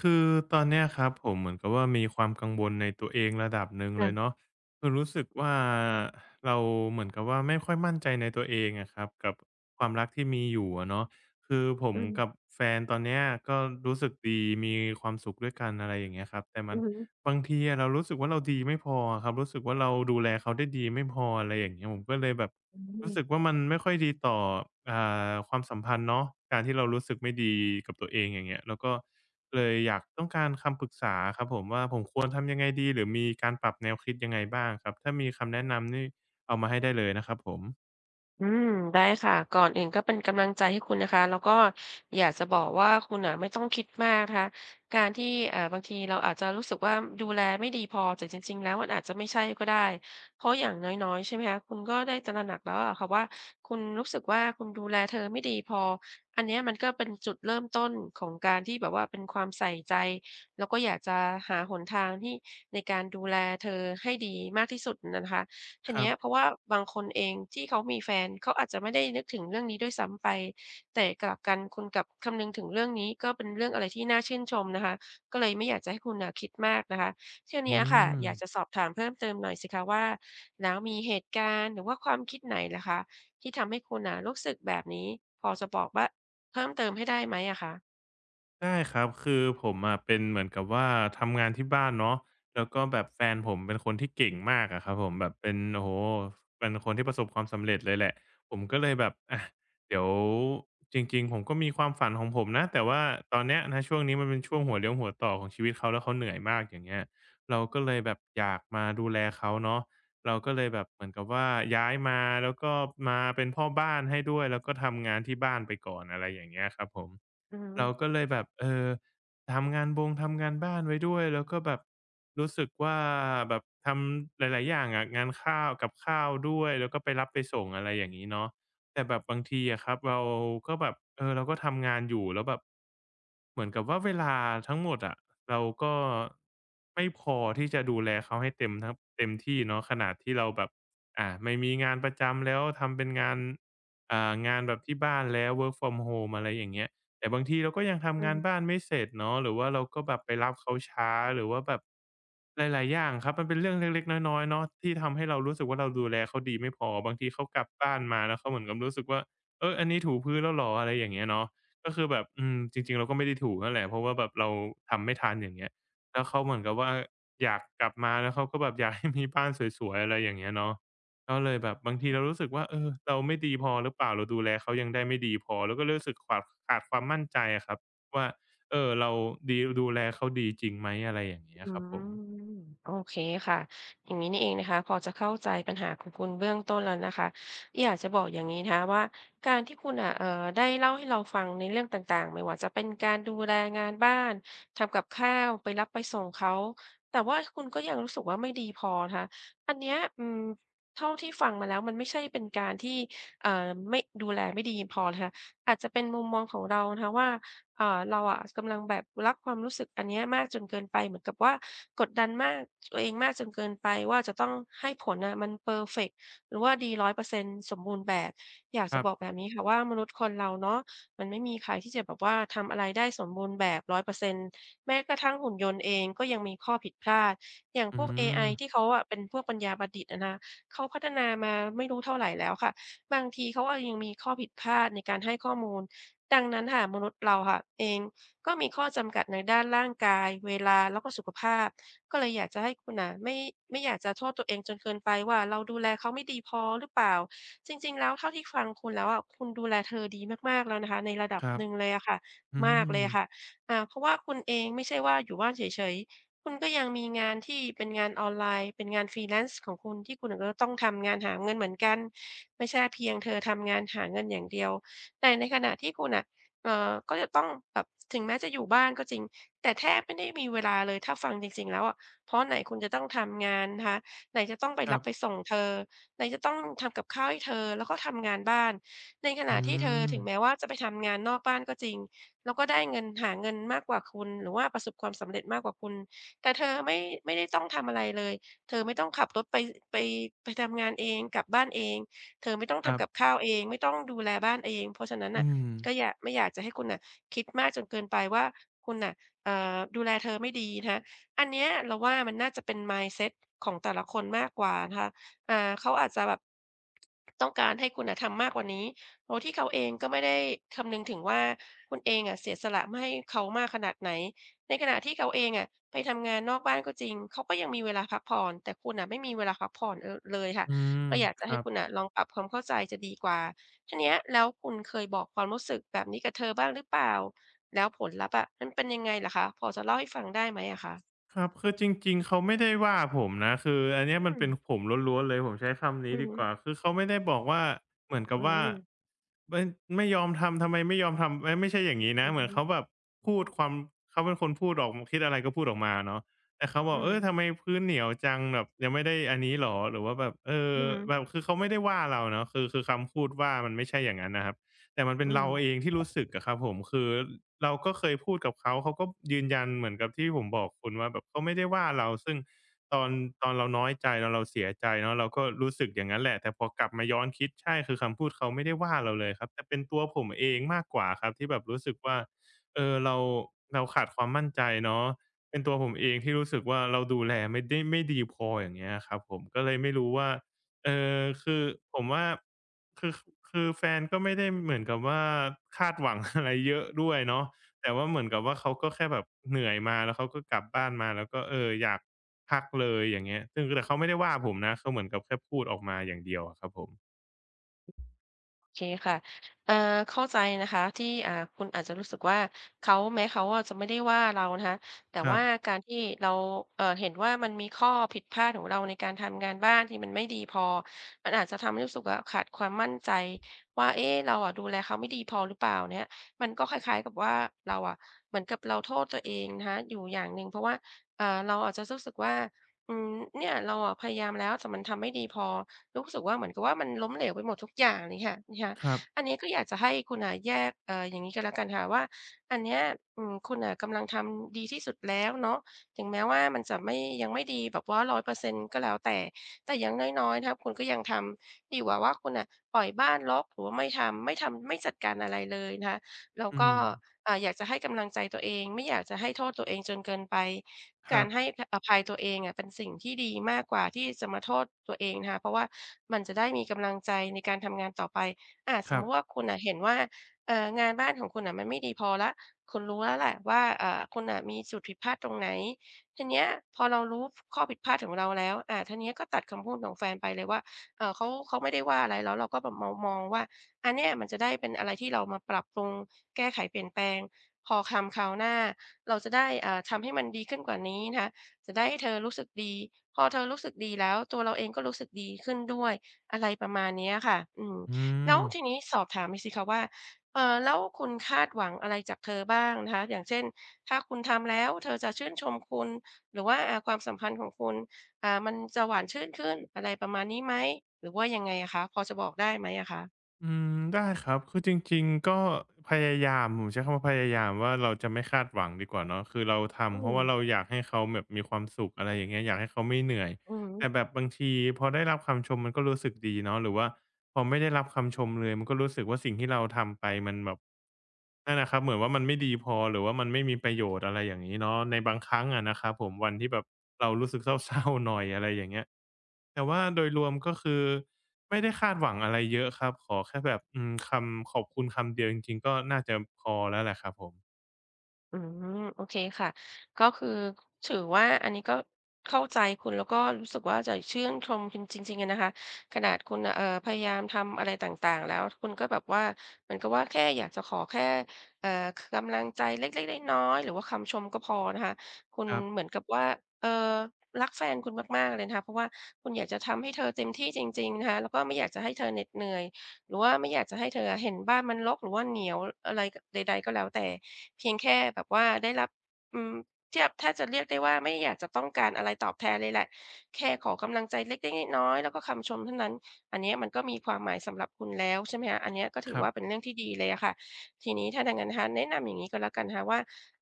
คือตอนเนี้ยครับผมเหมือนกับว่ามีความกังวลในตัวเองระดับหนึ่งเลยเนาะค่ะคือรู้สึกว่าเราเหมือนกับว่าไม่ค่อยมั่นใจในตัวเองอะครับกับความรักที่มีอยู่อะเนาะคือผมอืกับมแฟนตอนเนี้ยก็รู้สึกดีมีความสุขด้วยกันอะไรอย่างเงี้ยครับแต่มัอืนอฮึบางทีอะเรารู้สึกว่าเราดีไม่พอครับรู้สึกว่าเราดูแลเขาได้ดีไม่พออะไรอย่างเงี้ยผมก็เลยแบบอืรู้สึกมว่ามันไม่ค่อยดีต่ออาความสัมพันธ์เนาะการที่เรารู้สึกไม่ดีกับตัวเองอย่างเงี้ยแล้วก็ เลยอยากต้องการคำปรึกษาครับผมว่าผมควรทำยังไงดีหรือมีการปรับแนวคิดยังไงบ้างครับถ้ามีคำแนะนำนี่เอามาให้ได้เลยนะครับผมอืมได้ค่ะก่อนอื่นก็เป็นกำลังใจให้คุณนะคะแล้วก็อยากจะบอกว่าคุณน่ะไม่ต้องคิดมากนะคะการที่บางทีเราอาจจะรู้สึกว่าดูแลไม่ดีพอแต่จริงๆแล้วมันอาจจะไม่ใช่ก็ได้เพราะอย่างน้อยๆใช่ไหมคะคุณก็ได้ตระหนักแล้วอะค่ะว่าคุณรู้สึกว่าคุณดูแลเธอไม่ดีพออันเนี้ยมันก็เป็นจุดเริ่มต้นของการที่แบบว่าเป็นความใส่ใจแล้วก็อยากจะหาหนทางที่ในการดูแลเธอให้ดีมากที่สุดน่ะนะคะ ทีครัเนี้บยเพราะว่าบางคนเองที่เขามีแฟนเขาอาจจะไม่ได้นึกถึงเรื่องนี้ด้วยซ้ำไปแต่กลับกันคุณกลับคำนึงถึงเรื่องนี้ก็เป็นเรื่องอะไรที่น่าชื่นชมนะคะก็เลยไม่อยากจะให้คุณน่ะคิดมากนะคะทีอืเนี้ยค่ะอม ยากจะสอบถามเพิ่มเติมหน่อยสิคะว่าแล้วมีเหตุการณ์หรือว่าความคิดไหนเหรอคะที่ทำให้คุณน่ะรู้สึกแบบนี้พอจะบอกว่าเพิ่มเติมให้ได้ไหมอะคะได้ครับคือผมอะเป็นเหมือนกับว่าทำงานที่บ้านเนาะแล้วก็แบบแฟนผมเป็นคนที่เก่งมากอะครับผมแบบเป็นโอ้โฮเป็นคนที่ประสบความสำเร็จเลยแหละผมก็เลยแบบอะเดี๋ยวจริงๆผมก็มีความฝันของผมนะแต่ว่าตอนเนี้ยณช่วงนี้มันเป็นช่วงหัวเลี้ยวหัวต่อของชีวิตเขาแล้วเขาเหนื่อยมากอย่างเงี้ยเราก็เลยแบบอยากมาดูแลเขาเนาะเราก็เลยแบบเหมือนกับว่าย้ายมาแล้วก็มาเป็นพ่อบ้านให้ด้วยแล้วก็ทำงานที่บ้านไปก่อนอะไรอย่างเงี้ยครับผม อือฮึเราก็เลยแบบเออทำงานบ้านไว้ด้วยแล้วก็แบบรู้สึกว่าแบบทำหลายๆอย่างอะงานข้าวกับข้าวด้วยแล้วก็ไปรับไปส่งอะไรอย่างงี้เนาะแต่แบบบางทีอะครับเราก็แบบเออเราก็ทำงานอยู่แล้วแบบเหมือนกับว่าเวลาทั้งหมดอะเราก็ไม่พอที่จะดูแลเขาให้เต็มที่เนาะขนาดที่เราแบบไม่มีงานประจำแล้วทำเป็นงานงานแบบที่บ้านแล้ว work from home อะไรอย่างเงี้ย แต่บางทีเราก็ยังอืทำองานฮึ บ้านไม่เสร็จเนาะหรือว่าเราก็แบบไปรับเขาช้าหรือว่าแบบหลายๆอย่างครับมันเป็นเรื่องเล็กๆน้อยๆเนาะที่ทำให้เรารู้สึกว่าเราดูแลเขาดีไม่พอบางทีเขากลับบ้านมาแล้วเขาเหมือนกับรู้สึกว่าเอออันนี้ถูพื้นแล้วเหรออะไรอย่างเงี้ยเนาะก็คือแบบอืมจริงๆเราก็ไม่ได้ถูนั่นแหละเพราะว่าแบบเราทำไม่ทันอย่างเงี้ยแล้วเขาเหมือนกับว่าอยากกลับมาแล้วเขาก็แบบอยากให้มีบ้านสวยๆอะไรอย่างเงี้ยเนาะ ก็เลยแบบบางทีเรารู้สึกว่าเออเราไม่ดีพอหรือเปล่าเราดูแลเขายังได้ไม่ดีพอแล้วก็เรยรู้สึกขาดความมั่นใจอะครับว่าเออเราดูแลเขาดีจริงไหมอะไรอย่างเงี้ยอืครับผมมโอเคค่ะอย่างนี้นี่เองนะคะพอจะเข้าใจปัญหาของคุณเบื้องต้นแล้วนะคะอยากจะบอกอย่างนี้นะคะว่าการที่คุณอ่ะเอ่อได้เล่าให้เราฟังในเรื่องต่างๆไม่ว่าจะเป็นการดูแลงานบ้านทำกับข้าวไปรับไปส่งเขาแต่ว่าคุณก็ยังรู้สึกว่าไม่ดีพอนะคะอันเนี้ยเท่าที่ฟังมาแล้วมันไม่ใช่เป็นการที่เอ่อไม่ดูแลไม่ดีพอนะคะอาจจะเป็นมุมมองของเรานะคะว่า เอ่อเราอะกำลังแบบรักความรู้สึกอันเนี้ยมากจนเกินไปเหมือนกับว่ากดดันมากตัวเองมากจนเกินไปว่าจะต้องให้ผลน่ะมันเพอร์เฟกต์หรือว่าดี100%สมบูรณ์แบบอยากคจะรับอกบแบบนี้ค่ะว่ามนุษย์คนเราเนาะมันไม่มีใครที่จะแบบว่าทำอะไรได้สมบูรณ์แบบ100%แม้กระทั่งหุ่นยนต์เองก็ยังมีข้อผิดพลาดอย่างอืพวกเอไอมที่เขาอะเป็นพวกปัญญาประดิษฐ์อะนะเขาพัฒนามาไม่รู้เท่าไรแล้วค่ะบางทีเขาอะยังมีข้อผิดพลาดในการให้ข้อมูล ดังนั้นค่ะมนุษย์เราค่ะเองก็มีข้อจำกัดในด้านร่างกายเวลาแล้วก็สุขภาพก็เลยอยากจะให้คุณน่ะไม่อยากจะโทษตัวเองจนเกินไปว่าเราดูแลเขาไม่ดีพอหรือเปล่าจริงๆแล้วเท่าที่ฟังคุณแล้วอะคุณดูแลเธอดีมากๆแล้วนะคะในระดับครัหบนึ่งเลยอะค่ะอืมากเลมยค่ะอ่าเพราะว่าคุณเองไม่ใช่ว่าอยู่บ้านเฉยๆคุณก็ยังมีงานที่เป็นงานออนไลน์เป็นงาน freelance ของคุณที่คุณก็ต้องทำงานหาเงินเหมือนกันไม่ใช่เพียงเธอทำงานหาเงินอย่างเดียว แต่ในขณะที่คุณน่ะก็จะต้องแบบถึงแม้จะอยู่บ้านก็จริง แต่แทบไม่ได้มีเวลาเลยถ้าฟังจริงๆแล้วอะเพราะไหนคุณจะต้องทำงานนะคะไหนจะต้องไปครัรับไปบส่งเธอ ไหนจะต้องทำกับข้าวให้เธอแล้วก็ทำงานบ้าน ในขอืณะที่เธอมถึงแม้ว่าจะไปทำงานนอกบ้านก็จริงแล้วก็ได้เงินหาเงินมากกว่าคุณหรือว่าประสบความสำเร็จมากกว่าคุณแต่เธอไม่ได้ต้องทำอะไรเลยเธอไม่ต้องขับรถไปไปทำงานเองกลับบ้านเอง เธอไม่ต้องครัทำบกับข้าวเองไม่ต้องดูแลบ้านเองเพราะฉะนั้นอืน่ะมก็อย่าไม่อยากจะให้คุณน่ะคิดมากจนเกินไปว่าคุณน่ะดูแลเธอไม่ดีนะคะอันเนี้ยเราว่ามันน่าจะเป็น mindset ของแต่ละคนมากกว่านะคะเขาอาจจะแบบต้องการให้คุณน่ะทำมากกว่านี้โดยที่เขาเองก็ไม่ได้คำนึงถึงว่าคุณเองอะเสียสละมาให้เขามากขนาดไหนในขณะที่เขาเองอะไปทำงานนอกบ้านก็จริงเขาก็ยังมีเวลาพักผ่อนแต่คุณน่ะไม่มีเวลาพักผ่อนเออเลยค่ะ อืมก็อยากจะคให้รับ คุณน่ะลองปรับความเข้าใจจะดีกว่าทีเนี้ยแล้วคุณเคยบอกความรู้สึกแบบนี้กับเธอบ้างหรือเปล่าแล้วผลลัพธ์อะมันเป็นยังไงเหรอคะพอจะเล่าให้ฟังได้ไหมอะคะครับคือจริงๆเขาไม่ได้ว่าผมนะคืออันเนี้ยมัอืนมเป็นผมล้วนๆเลยผมใช้คำนี้อือดีฮึกว่าคือเขาไม่ได้บอกว่าเหมือนกัอืบว่ามไม่ไม่ยอมทำทำไมไม่ยอมทำเอ๊ยไม่ใช่อย่างงี้นะอือเหมือนฮึเขาแบบพูดความเขาเป็นคนพูดออกคิดอะไรก็พูดออกมาเนาะแต่เขาบออืกอเอฮึอทำไมพื้นเหนียวจังแบบยังไม่ได้อันนี้เหรอหรือว่าแบบเอออืมอือฮึแบบคือเขาไม่ได้ว่าเราเนาะคือคำพูดว่ามันไม่ใช่อย่างนั้นนะครับ แต่มันเป็อืนม เราเองที่รู้สึกอะครับผมคือเราก็เคยพูดกับเขาเขาก็ยืนยันเหมือนกับที่ผมบอกคุณว่าแบบเขาไม่ได้ว่าเราซึ่งตอนตอนเราน้อยใจตอนเราเสียใจเนาะเราก็รู้สึกอย่างนั้นแหละแต่พอกลับมาย้อนคิดใช่คือคำพูดเขาไม่ได้ว่าเราเลยครับแต่เป็นตัวผมเองมากกว่าครับที่แบบรู้สึกว่าเออเราขาดความมั่นใจเนาะเป็นตัวผมเองที่รู้สึกว่าเราดูแลไม่ดีพออย่างเงี้ยครับผมก็เลยไม่รู้ว่า เออคือผมว่าคือคือแฟนก็ไม่ได้เหมือนกับว่าคาดหวังอะไรเยอะด้วยเนาะแต่ว่าเหมือนกับว่าเขาก็แค่แบบเหนื่อยมาแล้วเขาก็กลับบ้านมาแล้วก็เอออยากพักเลยอย่างเงี้ยซึ่งแต่เขาไม่ได้ว่าผมนะเขาเหมือนกับแค่พูดออกมาอย่างเดียวอะครับผมโอเคค่ะเอ่อเข้าใจนะคะที่คุณอาจจะรู้สึกว่าเขาแม้เขาอะจะไม่ได้ว่าเรานะคะแต่ครับว่าการที่เราเห็นว่ามันมีข้อผิดพลาดของเราในการทำงานบ้านที่มันไม่ดีพอมันอาจจะทำให้รู้สึกว่าขาดความมั่นใจว่าเอ๊ะเราอะดูแลเขาไม่ดีพอหรือเปล่าเนี่ยมันก็คล้ายๆกับว่าเราอะเหมือนกับเราโทษตัวเองนะคะอยู่อย่างหนึ่งเพราะว่าเราอาจจะรู้สึกว่าอืมเนี่ยเราอะพยายามแล้วแต่มันทำไม่ดีพอ รู้สึกว่าเหมือนกับว่ามันล้มเหลวไปหมดทุกอย่างเลยค่ะนะคะครับอันนี้ก็อยากจะให้คุณน่ะแยกอย่างงี้ก็แล้วกันค่ะว่าอันเนี้ยคุณน่ะกำลังทำดีที่สุดแล้วเนาะถึงแม้ว่ามันจะไม่ยังไม่ดีแบบว่าร้อยเปอร์เซ็นต์ก็แล้วแต่แต่อย่างน้อยๆนะคะคุณก็ยังทำดีกว่าว่าคุณน่ะปล่อยบ้านรกหรือว่าไม่ทำไม่จัดการอะไรเลยนะคะแล้วอืก็มอยากจะให้กำลังใจตัวเองไม่อยากจะให้โทษตัวเองจนเกินไป คการัรบให้อภัยตัวเองอะเป็นสิ่งที่ดีมากกว่าที่จะมาโทษตัวเองนะคะเพราะว่ามันจะได้มีกำลังใจในการทำงานต่อไปอาสคมรัมุบติว่าคุณน่ะเห็นว่างานบ้านของคุณน่ะมันไม่ดีพอแล้วคุณรู้แล้วแหละว่าคุณน่ะมีจุดผิดพลาดตรงไหนทีเนี้ยพอเรารู้ข้อผิดพลาดของเราแล้วทีเนี้ยก็ตัดคำพูดของแฟนไปเลยว่าเขาไม่ได้ว่าอะไรแล้วเราก็แบบมองว่าอันเนี้ยมันจะได้เป็นอะไรที่เรามาปรับปรุงแก้ไขเปลี่ยนแปลงพอคำคราวหน้า เราจะได้ทำให้มันดีขึ้นกว่านี้นะคะจะได้ให้เธอรู้สึกดี พอเธอรู้สึกดีแล้วตัวเราเองก็รู้สึกดีขึ้นด้วยอะไรประมาณเนี้ยค่ะอืมอืแล้วทีม นี้สอบถามหน่อยสิคะว่าแล้วคุณคาดหวังอะไรจากเธอบ้างนะคะอย่างเช่นถ้าคุณทำแล้วเธอจะชื่นชมคุณหรือว่าความสัมพันธ์ของคุณมันจะหวานชื่นขึ้นอะไรประมาณนี้ไหมหรือว่ายังไงอะคะพอจะบอกได้ไหมอะคะอืมได้ครับคือจริงๆก็พยายามผมใช้คำว่าพยายามว่าเราจะไม่คาดหวังดีกว่าเนาะคือเราอืทำเพราะมว่าเราอยากให้เขาแบบมีความสุขอะไรอย่างเงี้ยอยากให้เขาไม่เหนื่อยอืม แต่แบบบางทีพอได้รับคำชมมันก็รู้สึกดีเนาะหรือว่า พอไม่ได้รับคำชมเลยมันก็รู้สึกว่าสิ่งที่เราทำไปมันแบบนั่นนะครับเหมือนว่ามันไม่ดีพอหรือว่ามันไม่มีประโยชน์อะไรอย่างงี้เนาะในบางครั้งอะนะครับผมวันที่แบบเรารู้สึกเศร้าๆหน่อยอะไรอย่างเงี้ยแต่ว่าโดยรวมก็คือไม่ได้คาดหวังอะไรเยอะครับขอแค่แบบอืมคำขอบคุณคำเดียวจริงๆก็น่าจะพอแล้วแหละครับผมอืมโอเคค่ะก็คือถือว่าอันนี้ก็เข้าใจคุณแล้วก็รู้สึกว่าจะชื่นชมคุณจริงๆอะนะคะขนาดคุณน่ะพยายามทำอะไรต่างๆแล้วคุณก็แบบว่าเหมือนกับว่าแค่อยากจะขอแค่เอ่อกำลังใจเล็กๆน้อยๆหรือว่าคำชมก็พอนะคะคุณครับเหมือนกับว่าเอ่อรักแฟนคุณมากๆเลยนะคะเพราะว่าคุณอยากจะทำให้เธอเต็มที่จริงๆนะคะแล้วก็ไม่อยากจะให้เธอเหน็ดเหนื่อย หรือว่าไม่อยากจะให้เธอเห็นบ้านมันรกหรือว่าเหนียวอะไรใดๆก็แล้วแต่เพียงแค่แบบว่าได้รับอืมเทียบถ้าจะเรียกได้ว่าไม่อยากจะต้องการอะไรตอบแทนเลยแหละแค่ขอกำลังใจเล็กๆน้อยๆแล้วก็คำชมเท่านั้นอันเนี้ยมันก็มีความหมายสำหรับคุณแล้วใช่ไหมคะอันเนี้ยก็ถืคอรับว่าเป็นเรื่องที่ดีเลยอะค่ะทีนี้ถ้าดังนั้นนะคะแนะนำอย่างงี้ก็แล้วกันนะคะว่า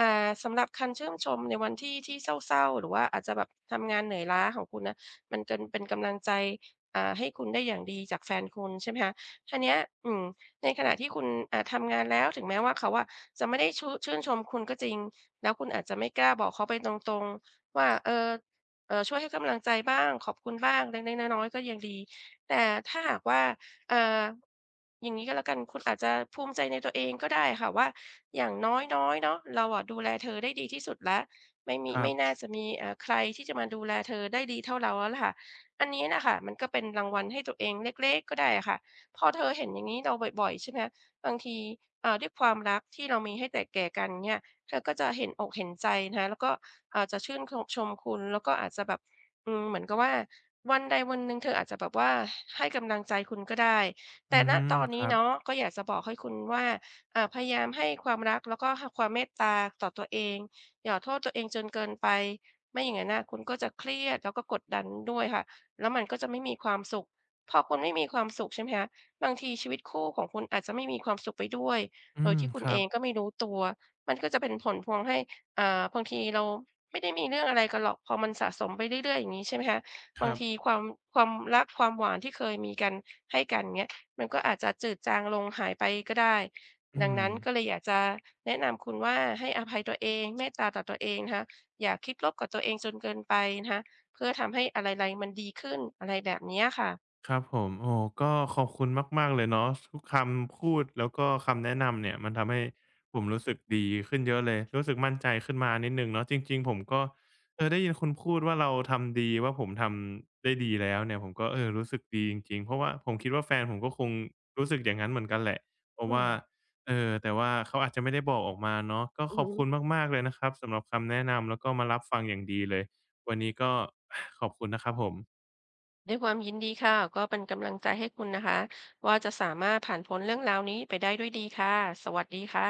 สำหรับคันชื่นชมในวันที่เศร้าๆหรือว่าอาจจะแบบทำงานเหนื่อยล้าของคุณนะมันเกินเป็นกำลังใจให้คุณได้อย่างดีจากแฟนคุณใช่ไหมคะ ทีเนี้ยอืมในขณะที่คุณทำงานแล้วถึงแม้ว่าเขาอะจะไม่ได้ช้ชื่นชมคุณก็จริงแล้วคุณอาจจะไม่กล้าบอกเขาไปตรงๆว่าเออช่วยให้กำลังใจบ้างขอบคุณบ้างเล็กๆน้อยๆก็ยังดีแต่ถ้าหากว่าเอ่ออย่างงี้ก็แล้วกันคุณอาจจะภูมิใจในตัวเองก็ได้ค่ะว่าอย่างน้อยๆเนาะเราอะดูแลเธอได้ดีที่สุดแล้วไม่มีครัไม่บน่าจะมีใครที่จะมาดูแลเธอได้ดีเท่าเราแล้วล่ะค่ะอันนี้น่ะค่ะมันก็เป็นรางวัลให้ตัวเองเล็กๆก็ได้อะค่ะ พอเธอเห็นอย่างนี้เราบ่อยๆใช่ไหมบางทีด้วยความรักที่เรามีให้แต่แก่กันเนี่ยเธอก็จะเห็นอกเห็นใจนะคะแล้วก็อาจจะชื่นชมคุณแล้วก็อาจจะแบบเหมือนกับว่าวันใดวันหนึ่งเธออาจจะแบบว่าให้กำลังใจคุณก็ได้อืแต่ณมตอนคนี้รับเนาะก็อยากจะบอกให้คุณว่าพยายามให้ความรักแล้วก็ความเมตตาต่อตัวเองอย่าโทษตัวเองจนเกินไปไม่อย่างนั้นนะคุณก็จะเครียดแล้วก็กดดันด้วยค่ะแล้วมันก็จะไม่มีความสุขพอคุณไม่มีความสุขใช่ไหมคะ บางทีชีวิตคู่ของคุณอาจจะไม่มีความสุขไปด้วยอืโดยมที่คุคณเอรับงก็ไม่รู้ตัว มันก็จะเป็นผลพวงให้บางทีเราไม่ได้มีเรื่องอะไรกันหรอกพอมันสะสมไปเรื่อยๆอย่างงี้ใช่ไหมคะคบางรับทีความความรักความหวานที่เคยมีกันให้กันเงี้ยมันก็อาจจะจืดจางลงหายไปก็ได้อืดังม นั้นก็เลยอยากจะแนะนำคุณว่าให้อภัยตัวเองเมตตาต่อตัวเองนะคะอย่าคิดลบกับตัวเองจนเกินไปนะคะเพื่อทำให้อะไรๆมันดีขึ้นอะไรแบบเนี้ยค่ะ ครับผมโอ้ก็ขอบคุณมากๆเลยเนาะทุกคำพูดแล้วก็คำแนะนำเนี่ยมันทำให้ผมรู้สึกดีขึ้นเยอะเลยรู้สึกมั่นใจขึ้นมานิดหนึ่งเนาะจริงๆผมก็เออได้ยินคุณพูดว่าเราทำดีว่าผมทำได้ดีแล้วเนี่ยผมก็เออรู้สึกดีจริงๆเพราะว่าผมคิดว่าแฟนผมก็คงรู้สึกอย่างนั้นเหมือนกันแหละเพราะอืมว่าเอ่อแต่ว่าเขาอาจจะไม่ได้บอกออกมาเนาะก็อือขอบฮึ คุณมากๆเลยนะครับสำหรับคำแนะนำแล้วก็มารับฟังอย่างดีเลยวันนี้ก็ขอบคุณนะครับผมด้วยความยินดีค่ะก็เป็นกำลังใจให้คุณนะคะว่าจะสามารถผ่านพ้นเรื่องราวนี้ไปได้ด้วยดีค่ะสวัสดีค่ะ